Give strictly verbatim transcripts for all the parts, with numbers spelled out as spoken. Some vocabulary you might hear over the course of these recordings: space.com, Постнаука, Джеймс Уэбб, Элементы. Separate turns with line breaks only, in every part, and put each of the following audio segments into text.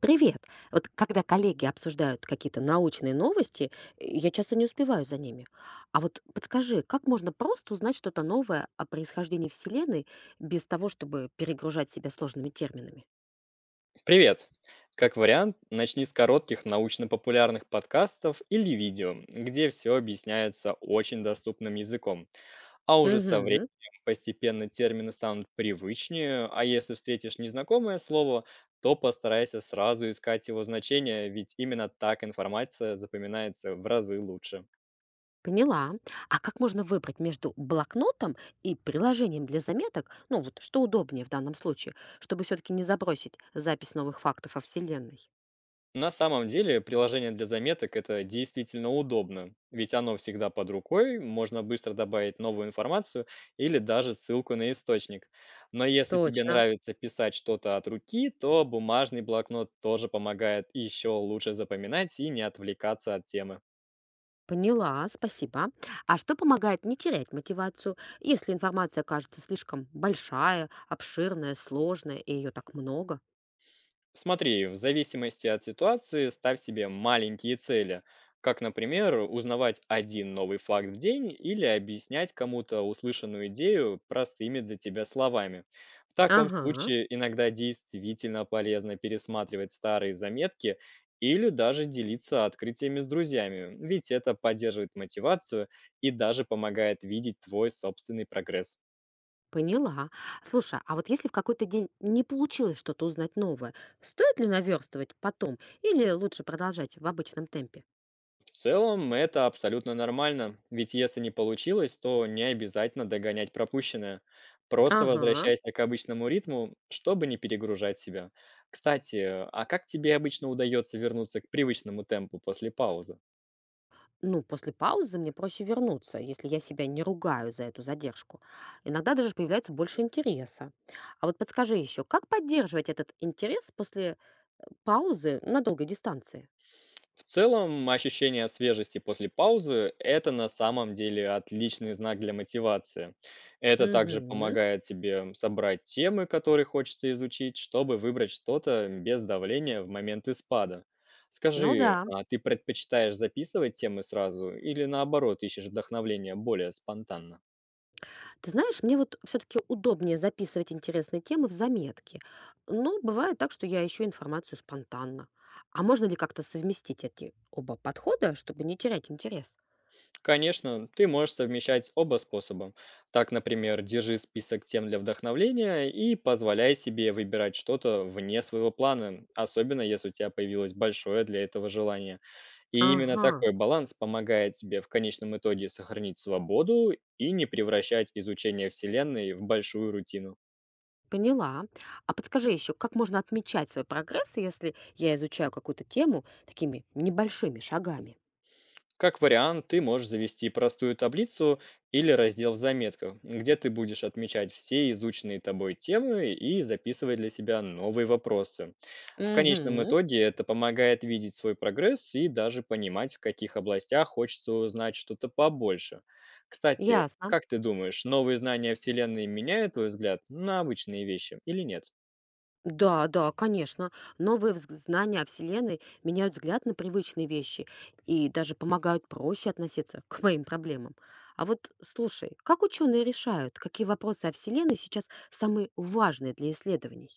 Привет. Вот когда коллеги обсуждают какие-то научные новости, э, я часто не успеваю за ними. А вот подскажи, как можно просто узнать что-то новое о происхождении Вселенной без того, чтобы перегружать себя сложными терминами?
Привет! Как вариант, начни с коротких научно-популярных подкастов или видео, где все объясняется очень доступным языком. А уже со временем
Угу,
постепенно термины станут привычнее, а если встретишь незнакомое слово, то постарайся сразу искать его значение, ведь именно так информация запоминается в разы лучше.
поняла. А как можно выбрать между блокнотом и приложением для заметок, ну вот что удобнее в данном случае, чтобы все-таки не забросить запись новых фактов о Вселенной?
На самом деле приложение для заметок это действительно удобно, ведь оно всегда под рукой, можно быстро добавить новую информацию или даже ссылку на источник. Но если тебе
Точно.
нравится писать что-то от руки, то бумажный блокнот тоже помогает еще лучше запоминать и не отвлекаться от темы.
Поняла, спасибо. А что помогает не терять мотивацию, если информация кажется слишком большая, обширная, сложная, и ее так много?
Смотри, в зависимости от ситуации ставь себе маленькие цели, как, например, узнавать один новый факт в день или объяснять кому-то услышанную идею простыми для тебя словами. В таком
Ага,
случае иногда действительно полезно пересматривать старые заметки или даже делиться открытиями с друзьями, ведь это поддерживает мотивацию и даже помогает видеть твой собственный прогресс.
поняла. Слушай, а вот если в какой-то день не получилось что-то узнать новое, стоит ли наверстывать потом или лучше продолжать в обычном темпе?
В целом это абсолютно нормально, ведь если не получилось, то не обязательно догонять пропущенное. Просто
Ага.
возвращайся к обычному ритму, чтобы не перегружать себя. Кстати, а как тебе обычно удается вернуться к привычному темпу после паузы?
Ну, после паузы мне проще вернуться, если я себя не ругаю за эту задержку. Иногда даже появляется больше интереса. А вот подскажи еще, как поддерживать этот интерес после паузы на долгой дистанции?
В целом, ощущение свежести после паузы – это на самом деле отличный знак для мотивации. Это также
Мгм.
помогает тебе собрать темы, которые хочется изучить, чтобы выбрать что-то без давления в моменты спада.
Ну
Скажи,
да.
а ты предпочитаешь записывать темы сразу или наоборот ищешь вдохновление более спонтанно?
Ты знаешь, мне вот все-таки удобнее записывать интересные темы в заметки. Но бывает так, что я ищу информацию спонтанно. А можно ли как-то совместить эти оба подхода, чтобы не терять интерес?
Конечно, ты можешь совмещать оба способа. Так, например, держи список тем для вдохновления и позволяй себе выбирать что-то вне своего плана, особенно если у тебя появилось большое для этого желание. И именно
Ага,
такой баланс помогает тебе в конечном итоге сохранить свободу и не превращать изучение Вселенной в большую рутину.
поняла. А подскажи еще, как можно отмечать свой прогресс, если я изучаю какую-то тему такими небольшими шагами?
Как вариант, ты можешь завести простую таблицу или раздел в заметках, где ты будешь отмечать все изученные тобой темы и записывать для себя новые вопросы. В конечном
Угу,
итоге это помогает видеть свой прогресс и даже понимать, в каких областях хочется узнать что-то побольше. Кстати,
ясно.
как ты думаешь, новые знания о Вселенной меняют твой взгляд на обычные вещи или нет?
Да, да, конечно. Новые взг Знания о Вселенной меняют взгляд на привычные вещи и даже помогают проще относиться к моим проблемам. А вот слушай, как ученые решают, какие вопросы о Вселенной сейчас самые важные для исследований?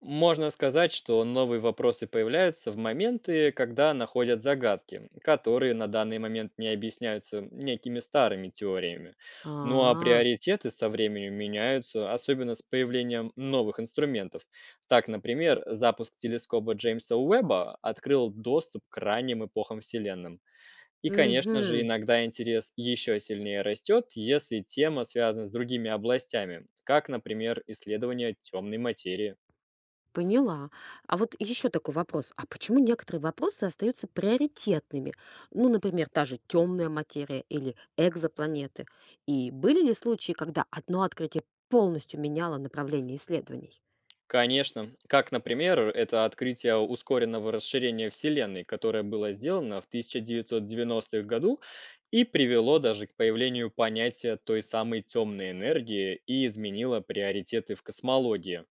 Можно сказать, что новые вопросы появляются в моменты, когда находят загадки, которые на данный момент не объясняются некими старыми теориями. Ну а
А,
приоритеты со временем меняются, особенно с появлением новых инструментов. Так, например, запуск телескопа Джеймса Уэбба открыл доступ к ранним эпохам Вселенной. И, конечно же,
угу.
иногда интерес еще сильнее растет, если тема связана с другими областями, как, например, исследование темной материи.
Поняла. А вот еще такой вопрос. А почему некоторые вопросы остаются приоритетными? Ну, например, та же темная материя или экзопланеты. И были ли случаи, когда одно открытие полностью меняло направление исследований?
Конечно. Как, например, это открытие ускоренного расширения Вселенной, которое было сделано в тысяча девятьсот девяностых году и привело даже к появлению понятия той самой темной энергии и изменило приоритеты в космологии.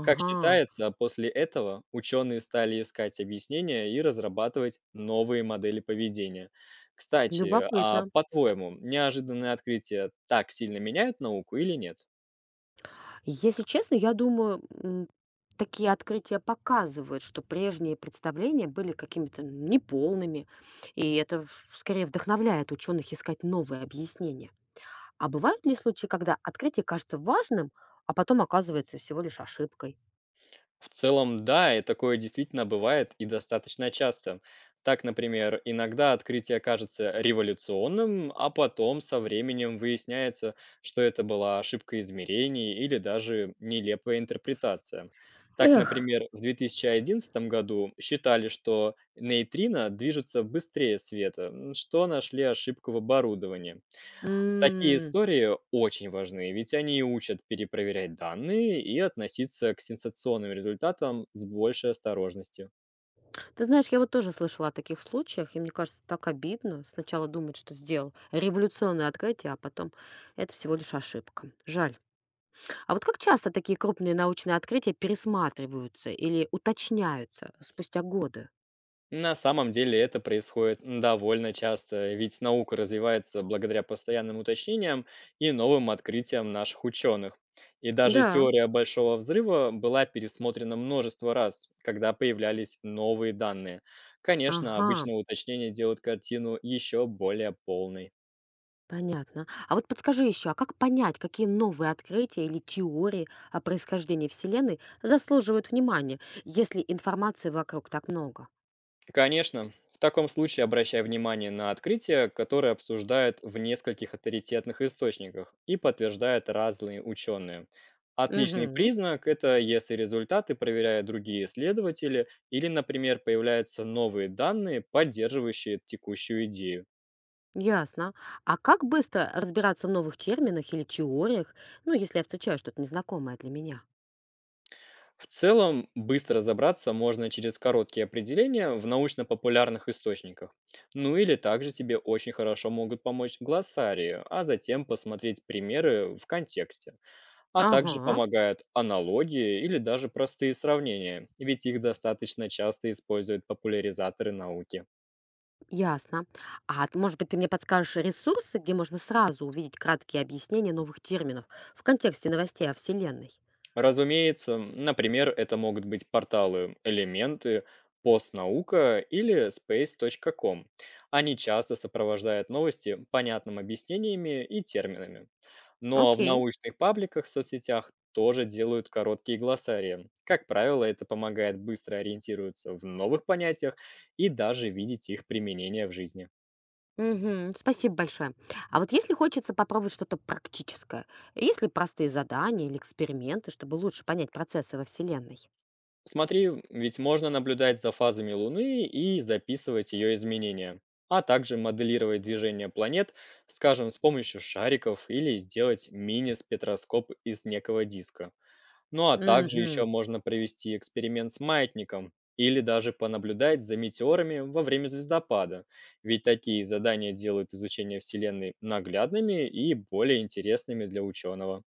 Как считается, после этого ученые стали искать объяснения и разрабатывать новые модели поведения. Кстати, а
любопытно.
по-твоему, неожиданные открытия так сильно меняют науку или нет?
Если честно, я думаю, м, такие открытия показывают, что прежние представления были какими-то неполными, и это в- скорее вдохновляет ученых искать новые объяснения. А бывают ли случаи, когда открытие кажется важным, а потом оказывается всего лишь ошибкой?
В целом, да, и такое действительно бывает и достаточно часто. Так, например, иногда открытие кажется революционным, а потом со временем выясняется, что это была ошибка измерений или даже нелепая интерпретация. Так,
Эх.
например, в две тысячи одиннадцатом году считали, что нейтрино движется быстрее света, м, что нашли ошибку в оборудовании. Такие
М.
истории очень важны, ведь они учат перепроверять данные и относиться к сенсационным результатам с большей осторожностью.
Ты знаешь, я вот тоже слышала о таких случаях, и мне кажется, так обидно сначала думать, что сделал революционное открытие, а потом это всего лишь ошибка. Жаль. А вот как часто такие крупные научные открытия пересматриваются или уточняются спустя годы?
На самом деле это происходит довольно часто, ведь наука развивается благодаря постоянным уточнениям и новым открытиям наших ученых. И даже
Да.
теория Большого взрыва была пересмотрена множество раз, когда появлялись новые данные. Конечно,
Ага.
обычно уточнения делают картину еще более полной.
Понятно. А вот подскажи еще, а как понять, какие новые открытия или теории о происхождении Вселенной заслуживают внимания, если информации вокруг так много?
Конечно, в таком случае обращай внимание на открытия, которые обсуждают в нескольких авторитетных источниках и подтверждают разные ученые. Отличный
Угу,
признак – это если результаты проверяют другие исследователи или, например, появляются новые данные, поддерживающие текущую идею.
ясно. А как быстро разбираться в новых терминах или теориях, ну, если я встречаю что-то незнакомое для меня?
В целом, быстро разобраться можно через короткие определения в научно-популярных источниках. Ну или также тебе очень хорошо могут помочь в глоссарии, а затем посмотреть примеры в контексте. А также
Ага,
помогают аналогии или даже простые сравнения, ведь их достаточно часто используют популяризаторы науки.
ясно. А т- может быть, ты мне подскажешь ресурсы, где можно сразу увидеть краткие объяснения новых терминов в контексте новостей о Вселенной?
Разумеется, например, это могут быть порталы «Элементы», «Постнаука» или спейс точка ком. Они часто сопровождают новости понятным объяснениями и терминами. Ну а в
Окей.
научных пабликах в соцсетях тоже делают короткие глоссарии. Как правило, это помогает быстро ориентироваться в новых понятиях и даже видеть их применение в жизни.
Мгм. Спасибо большое. А вот если хочется попробовать что-то практическое, есть ли простые задания или эксперименты, чтобы лучше понять процессы во Вселенной?
Смотри, ведь можно наблюдать за фазами Луны и записывать ее изменения, а также моделировать движение планет, скажем, с помощью шариков или сделать мини-спектроскоп из некого диска. Ну а также еще
Угу.
можно провести эксперимент с маятником или даже понаблюдать за метеорами во время звездопада, ведь такие задания делают изучение Вселенной наглядными и более интересными для ученого.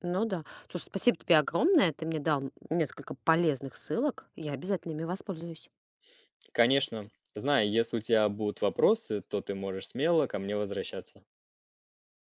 Ну да. Слушай, спасибо тебе огромное. Ты мне дал несколько полезных ссылок. Я обязательно ими воспользуюсь.
Конечно. Знай, если у тебя будут вопросы, то ты можешь смело ко мне возвращаться.